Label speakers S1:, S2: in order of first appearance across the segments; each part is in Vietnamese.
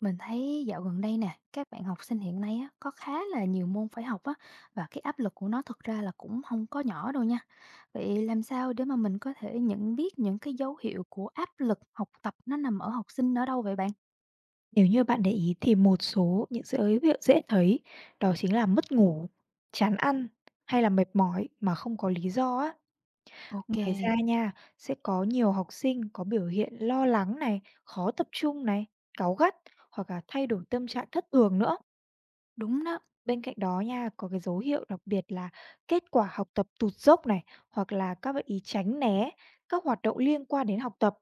S1: Mình thấy dạo gần đây nè, các bạn học sinh hiện nay á, có khá là nhiều môn phải học á và cái áp lực của nó thực ra là cũng không có nhỏ đâu nha. Vậy làm sao để mà mình có thể nhận biết những cái dấu hiệu của áp lực học tập nó nằm ở học sinh ở đâu vậy bạn?
S2: Nếu như bạn để ý thì một số những dấu hiệu dễ thấy đó chính là mất ngủ, chán ăn hay là mệt mỏi mà không có lý do á.
S1: Ok,
S2: Ngoài ra nha, sẽ có nhiều học sinh có biểu hiện lo lắng này, khó tập trung này, cáu gắt hoặc là thay đổi tâm trạng thất thường nữa.
S1: đúng đó,
S2: Bên cạnh đó nha, có cái dấu hiệu đặc biệt là kết quả học tập tụt dốc này hoặc là các bạn ý tránh né các hoạt động liên quan đến học tập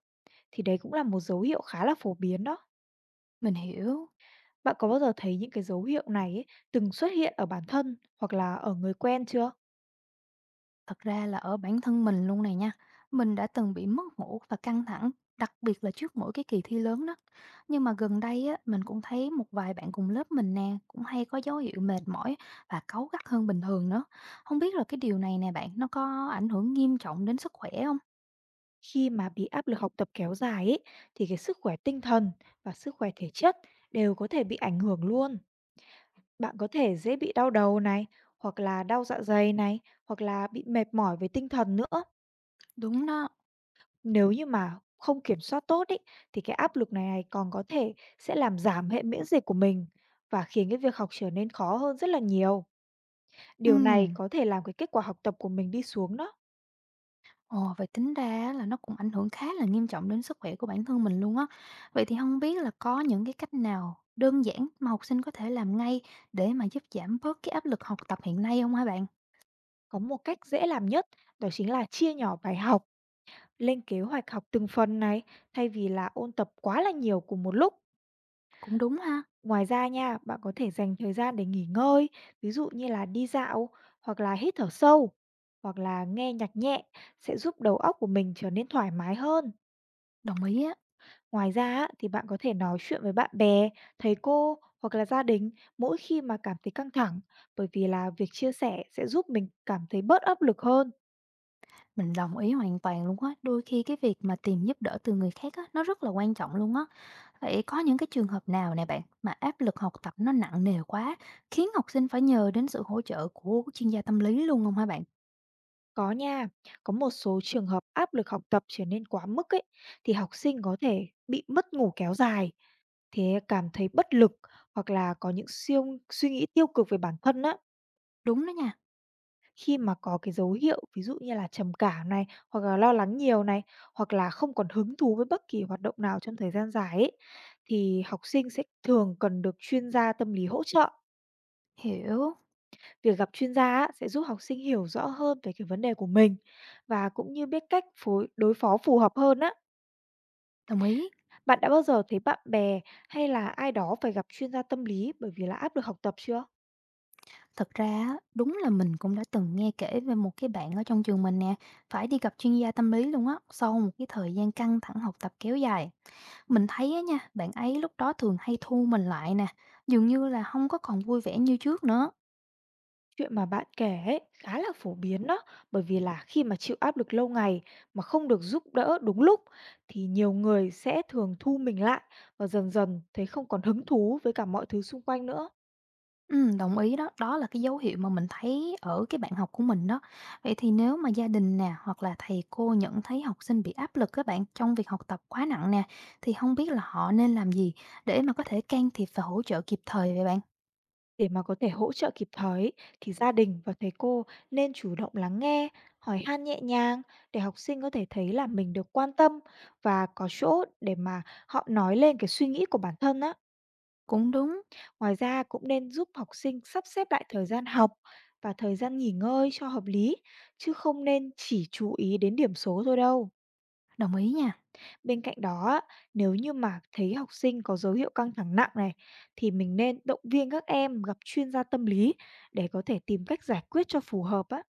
S2: thì đấy cũng là một dấu hiệu khá là phổ biến đó.
S1: mình hiểu.
S2: Bạn có bao giờ thấy những cái dấu hiệu này, từng xuất hiện ở bản thân hoặc là ở người quen chưa?
S1: Thật ra là ở bản thân mình luôn này nha, mình đã từng bị mất ngủ và căng thẳng, đặc biệt là trước mỗi cái kỳ thi lớn đó. Nhưng mà gần đây á, mình cũng thấy một vài bạn cùng lớp mình nè, cũng hay có dấu hiệu mệt mỏi và cáu gắt hơn bình thường nữa. Không biết là cái điều này nè bạn, nó có ảnh hưởng nghiêm trọng đến sức khỏe không?
S2: Khi mà bị áp lực học tập kéo dài ấy, thì cái sức khỏe tinh thần và sức khỏe thể chất đều có thể bị ảnh hưởng luôn. Bạn có thể dễ bị đau đầu này, hoặc là đau dạ dày này, hoặc là bị mệt mỏi về tinh thần nữa.
S1: Đúng đó.
S2: Nếu như mà không kiểm soát tốt ấy, thì cái áp lực này này còn có thể sẽ làm giảm hệ miễn dịch của mình và khiến cái việc học trở nên khó hơn rất là nhiều.
S1: Ừ.
S2: Điều này có thể làm cái kết quả học tập của mình đi xuống đó.
S1: Ồ, vậy tính ra á là nó cũng ảnh hưởng khá là nghiêm trọng đến sức khỏe của bản thân mình luôn á. Vậy thì không biết là có những cái cách nào đơn giản mà học sinh có thể làm ngay để mà giúp giảm bớt cái áp lực học tập hiện nay không hả bạn?
S2: Có một cách dễ làm nhất đó chính là chia nhỏ bài học, lên kế hoạch học từng phần này thay vì là ôn tập quá là nhiều cùng một lúc.
S1: Cũng đúng ha,
S2: Ngoài ra nha, bạn có thể dành thời gian để nghỉ ngơi, ví dụ như là đi dạo hoặc là hít thở sâu hoặc là nghe nhạc nhẹ sẽ giúp đầu óc của mình trở nên thoải mái hơn.
S1: đồng ý á,
S2: Ngoài ra á, thì bạn có thể nói chuyện với bạn bè, thầy cô hoặc là gia đình mỗi khi mà cảm thấy căng thẳng bởi vì là việc chia sẻ sẽ giúp mình cảm thấy bớt áp lực hơn.
S1: mình đồng ý hoàn toàn luôn á. Đôi khi cái việc mà tìm giúp đỡ từ người khác á, nó rất là quan trọng luôn á. Vậy có những cái trường hợp nào nè bạn, mà áp lực học tập nó nặng nề quá, khiến học sinh phải nhờ đến sự hỗ trợ của chuyên gia tâm lý luôn không hả bạn?
S2: Có nha, có một số trường hợp áp lực học tập trở nên quá mức ấy, thì học sinh có thể bị mất ngủ kéo dài, thế cảm thấy bất lực hoặc là có những suy nghĩ tiêu cực về bản thân á,
S1: Đúng đó nha,
S2: khi mà có cái dấu hiệu ví dụ như là trầm cảm này, hoặc là lo lắng nhiều này, hoặc là không còn hứng thú với bất kỳ hoạt động nào trong thời gian dài ấy, thì học sinh sẽ thường cần được chuyên gia tâm lý hỗ trợ.
S1: hiểu,
S2: Việc gặp chuyên gia á, sẽ giúp học sinh hiểu rõ hơn về cái vấn đề của mình và cũng như biết cách đối phó phù hợp hơn á.
S1: đồng ý.
S2: Bạn đã bao giờ thấy bạn bè hay là ai đó phải gặp chuyên gia tâm lý bởi vì là áp lực học tập chưa?
S1: Thật ra á, đúng là mình cũng đã từng nghe kể về một cái bạn ở trong trường mình nè, phải đi gặp chuyên gia tâm lý luôn á, sau một cái thời gian căng thẳng học tập kéo dài. Mình thấy á nha, bạn ấy lúc đó thường hay thu mình lại nè, dường như là không có còn vui vẻ như trước nữa.
S2: Chuyện mà bạn kể ấy khá là phổ biến đó, bởi vì là khi mà chịu áp lực lâu ngày mà không được giúp đỡ đúng lúc thì nhiều người sẽ thường thu mình lại và dần dần thấy không còn hứng thú với cả mọi thứ xung quanh nữa.
S1: Ừ, đồng ý đó, đó là cái dấu hiệu mà mình thấy ở cái bạn học của mình đó. Vậy thì nếu mà gia đình nè, hoặc là thầy cô nhận thấy học sinh bị áp lực các bạn trong việc học tập quá nặng nè, thì không biết là họ nên làm gì để mà có thể can thiệp và hỗ trợ kịp thời vậy bạn?
S2: Để mà có thể hỗ trợ kịp thời ý, thì gia đình và thầy cô nên chủ động lắng nghe, hỏi han nhẹ nhàng để học sinh có thể thấy là mình được quan tâm và có chỗ để mà họ nói lên cái suy nghĩ của bản thân á.
S1: Cũng đúng.
S2: Ngoài ra cũng nên giúp học sinh sắp xếp lại thời gian học và thời gian nghỉ ngơi cho hợp lý chứ không nên chỉ chú ý đến điểm số thôi đâu.
S1: Đồng ý nha.
S2: Bên cạnh đó á, nếu như mà thấy học sinh có dấu hiệu căng thẳng nặng này thì mình nên động viên các em gặp chuyên gia tâm lý để có thể tìm cách giải quyết cho phù hợp á,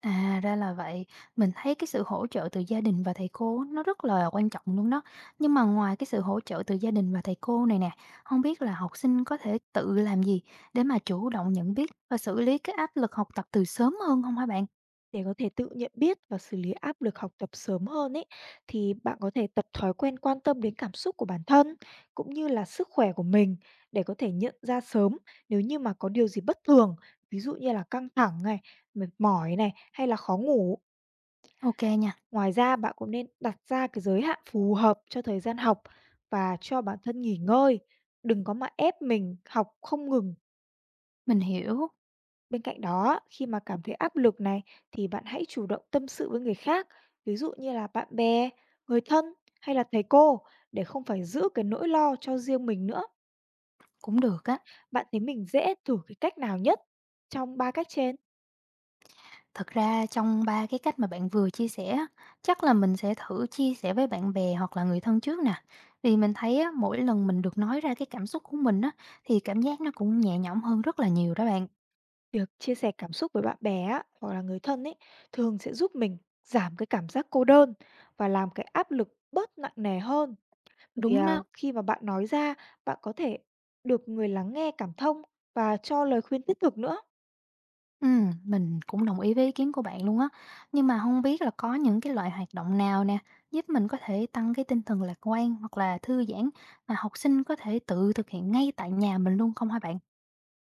S1: À, ra là vậy. Mình thấy cái sự hỗ trợ từ gia đình và thầy cô nó rất là quan trọng luôn đó. Nhưng mà ngoài cái sự hỗ trợ từ gia đình và thầy cô này nè, không biết là học sinh có thể tự làm gì để mà chủ động nhận biết và xử lý cái áp lực học tập từ sớm hơn không hả bạn?
S2: để có thể tự nhận biết và xử lý áp lực học tập sớm hơn ấy thì bạn có thể tập thói quen quan tâm đến cảm xúc của bản thân cũng như là sức khỏe của mình để có thể nhận ra sớm nếu như mà có điều gì bất thường, ví dụ như là căng thẳng này, mệt mỏi này hay là khó ngủ.
S1: Ok nha,
S2: Ngoài ra bạn cũng nên đặt ra cái giới hạn phù hợp cho thời gian học và cho bản thân nghỉ ngơi. Đừng có mà ép mình học không ngừng.
S1: mình hiểu.
S2: Bên cạnh đó, khi mà cảm thấy áp lực này thì bạn hãy chủ động tâm sự với người khác, ví dụ như là bạn bè, người thân hay là thầy cô để không phải giữ cái nỗi lo cho riêng mình nữa.
S1: Cũng được á.
S2: Bạn thấy mình dễ thử cái cách nào nhất trong ba cách trên?
S1: Thật ra trong 3 cái cách mà bạn vừa chia sẻ á, chắc là mình sẽ thử chia sẻ với bạn bè hoặc là người thân trước nè. Vì mình thấy á, mỗi lần mình được nói ra cái cảm xúc của mình á, thì cảm giác nó cũng nhẹ nhõm hơn rất là nhiều đó bạn.
S2: Việc chia sẻ cảm xúc với bạn bè á, hoặc là người thân ấy thường sẽ giúp mình giảm cái cảm giác cô đơn và làm cái áp lực bớt nặng nề hơn. Bởi vì
S1: Đúng
S2: à,
S1: đó.
S2: khi mà bạn nói ra, bạn có thể được người lắng nghe cảm thông và cho lời khuyên tích cực nữa.
S1: Mình cũng đồng ý với ý kiến của bạn luôn á. Nhưng mà không biết là có những cái loại hoạt động nào nè, giúp mình có thể tăng cái tinh thần lạc quan hoặc là thư giãn mà học sinh có thể tự thực hiện ngay tại nhà mình luôn không hả bạn?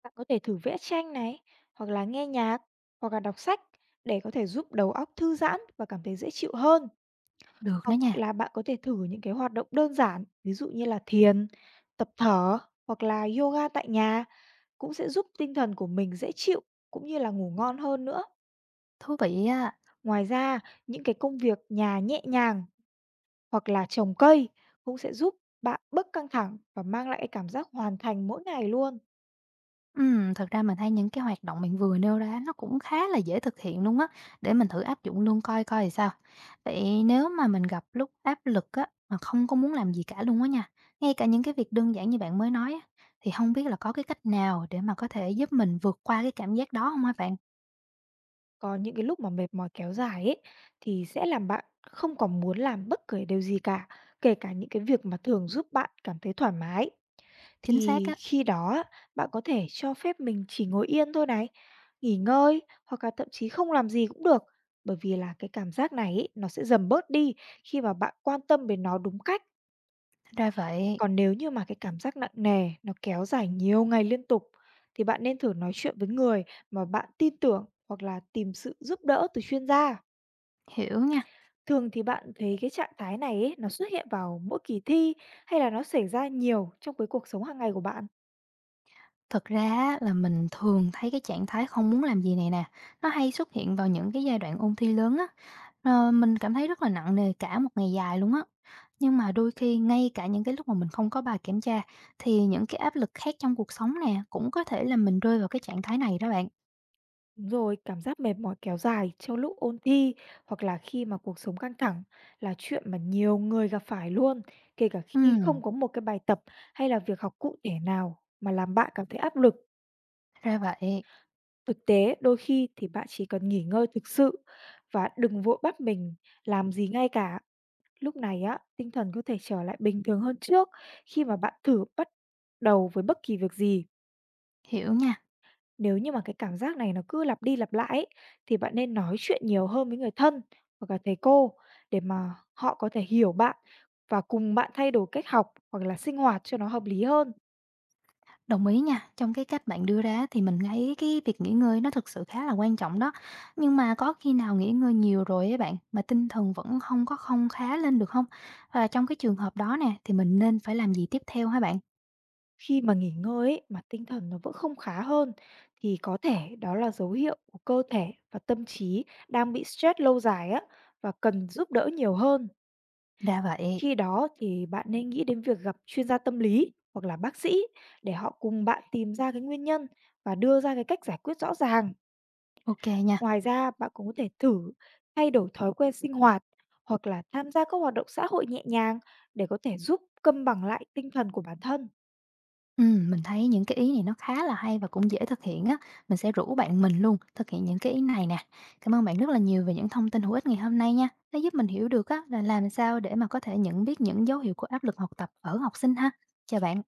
S2: Bạn có thể thử vẽ tranh này, hoặc là nghe nhạc, hoặc là đọc sách để có thể giúp đầu óc thư giãn và cảm thấy dễ chịu hơn.
S1: Được đó
S2: Hoặc
S1: nha,
S2: là bạn có thể thử những cái hoạt động đơn giản, ví dụ như là thiền, tập thở hoặc là yoga tại nhà cũng sẽ giúp tinh thần của mình dễ chịu, cũng như là ngủ ngon hơn nữa.
S1: thú vị á.
S2: Ngoài ra, những cái công việc nhà nhẹ nhàng hoặc là trồng cây cũng sẽ giúp bạn bớt căng thẳng và mang lại cái cảm giác hoàn thành mỗi ngày luôn.
S1: Thật ra mình thấy những cái hoạt động mình vừa nêu ra nó cũng khá là dễ thực hiện luôn á, để mình thử áp dụng luôn coi coi thì sao. Vậy nếu mà mình gặp lúc áp lực á, mà không có muốn làm gì cả luôn á nha, ngay cả những cái việc đơn giản như bạn mới nói á, thì không biết là có cái cách nào để mà có thể giúp mình vượt qua cái cảm giác đó không hả bạn?
S2: Có những cái lúc mà mệt mỏi kéo dài ấy thì sẽ làm bạn không còn muốn làm bất cứ điều gì cả, kể cả những cái việc mà thường giúp bạn cảm thấy thoải mái.
S1: Chính xác
S2: Thì
S1: á,
S2: khi đó á, bạn có thể cho phép mình chỉ ngồi yên thôi này, nghỉ ngơi hoặc là thậm chí không làm gì cũng được, bởi vì là cái cảm giác này ấy, nó sẽ dần bớt đi khi mà bạn quan tâm đến nó đúng cách.
S1: ra vậy,
S2: Còn nếu như mà cái cảm giác nặng nề nó kéo dài nhiều ngày liên tục thì bạn nên thử nói chuyện với người mà bạn tin tưởng hoặc là tìm sự giúp đỡ từ chuyên gia.
S1: hiểu nha.
S2: Thường thì bạn thấy cái trạng thái này ấy, nó xuất hiện vào mỗi kỳ thi hay là nó xảy ra nhiều trong cái cuộc sống hàng ngày của bạn.
S1: Thật ra á, là mình thường thấy cái trạng thái không muốn làm gì này nè, nó hay xuất hiện vào những cái giai đoạn ôn thi lớn á. Ờ, mình cảm thấy rất là nặng nề cả một ngày dài luôn á. Nhưng mà đôi khi ngay cả những cái lúc mà mình không có bài kiểm tra thì những cái áp lực khác trong cuộc sống nè cũng có thể làm mình rơi vào cái trạng thái này đó bạn.
S2: Đúng rồi, cảm giác mệt mỏi kéo dài trong lúc ôn thi hoặc là khi mà cuộc sống căng thẳng là chuyện mà nhiều người gặp phải luôn, kể cả khi không
S1: Ừm,
S2: có một cái bài tập hay là việc học cụ thể nào mà làm bạn cảm thấy áp lực.
S1: ra vậy,
S2: Thực tế, đôi khi thì bạn chỉ cần nghỉ ngơi thực sự và đừng vội bắt mình làm gì ngay cả. Lúc này á, tinh thần có thể trở lại bình thường hơn trước khi mà bạn thử bắt đầu với bất kỳ việc gì.
S1: hiểu nha.
S2: Nếu như mà cái cảm giác này nó cứ lặp đi lặp lại ấy, thì bạn nên nói chuyện nhiều hơn với người thân hoặc là thầy cô để mà họ có thể hiểu bạn và cùng bạn thay đổi cách học hoặc là sinh hoạt cho nó hợp lý hơn.
S1: Đồng ý nha, trong cái cách bạn đưa ra thì mình thấy cái việc nghỉ ngơi nó thực sự khá là quan trọng đó. Nhưng mà có khi nào nghỉ ngơi nhiều rồi ấy bạn, mà tinh thần vẫn không có không khá lên được không? Và trong cái trường hợp đó nè, thì mình nên phải làm gì tiếp theo hả bạn?
S2: Khi mà nghỉ ngơi ấy, mà tinh thần nó vẫn không khá hơn thì có thể đó là dấu hiệu của cơ thể và tâm trí đang bị stress lâu dài á và cần giúp đỡ nhiều hơn.
S1: Ra vậy,
S2: Khi đó thì bạn nên nghĩ đến việc gặp chuyên gia tâm lý hoặc là bác sĩ để họ cùng bạn tìm ra cái nguyên nhân và đưa ra cái cách giải quyết rõ ràng.
S1: ok nha.
S2: Ngoài ra, bạn cũng có thể thử thay đổi thói quen sinh hoạt hoặc là tham gia các hoạt động xã hội nhẹ nhàng để có thể giúp cân bằng lại tinh thần của bản thân.
S1: Mình thấy những cái ý này nó khá là hay và cũng dễ thực hiện á, mình sẽ rủ bạn mình luôn thực hiện những cái ý này nè. Cảm ơn bạn rất là nhiều về những thông tin hữu ích ngày hôm nay nha, nó giúp mình hiểu được á là làm sao để mà có thể nhận biết những dấu hiệu của áp lực học tập ở học sinh ha. Chào bạn.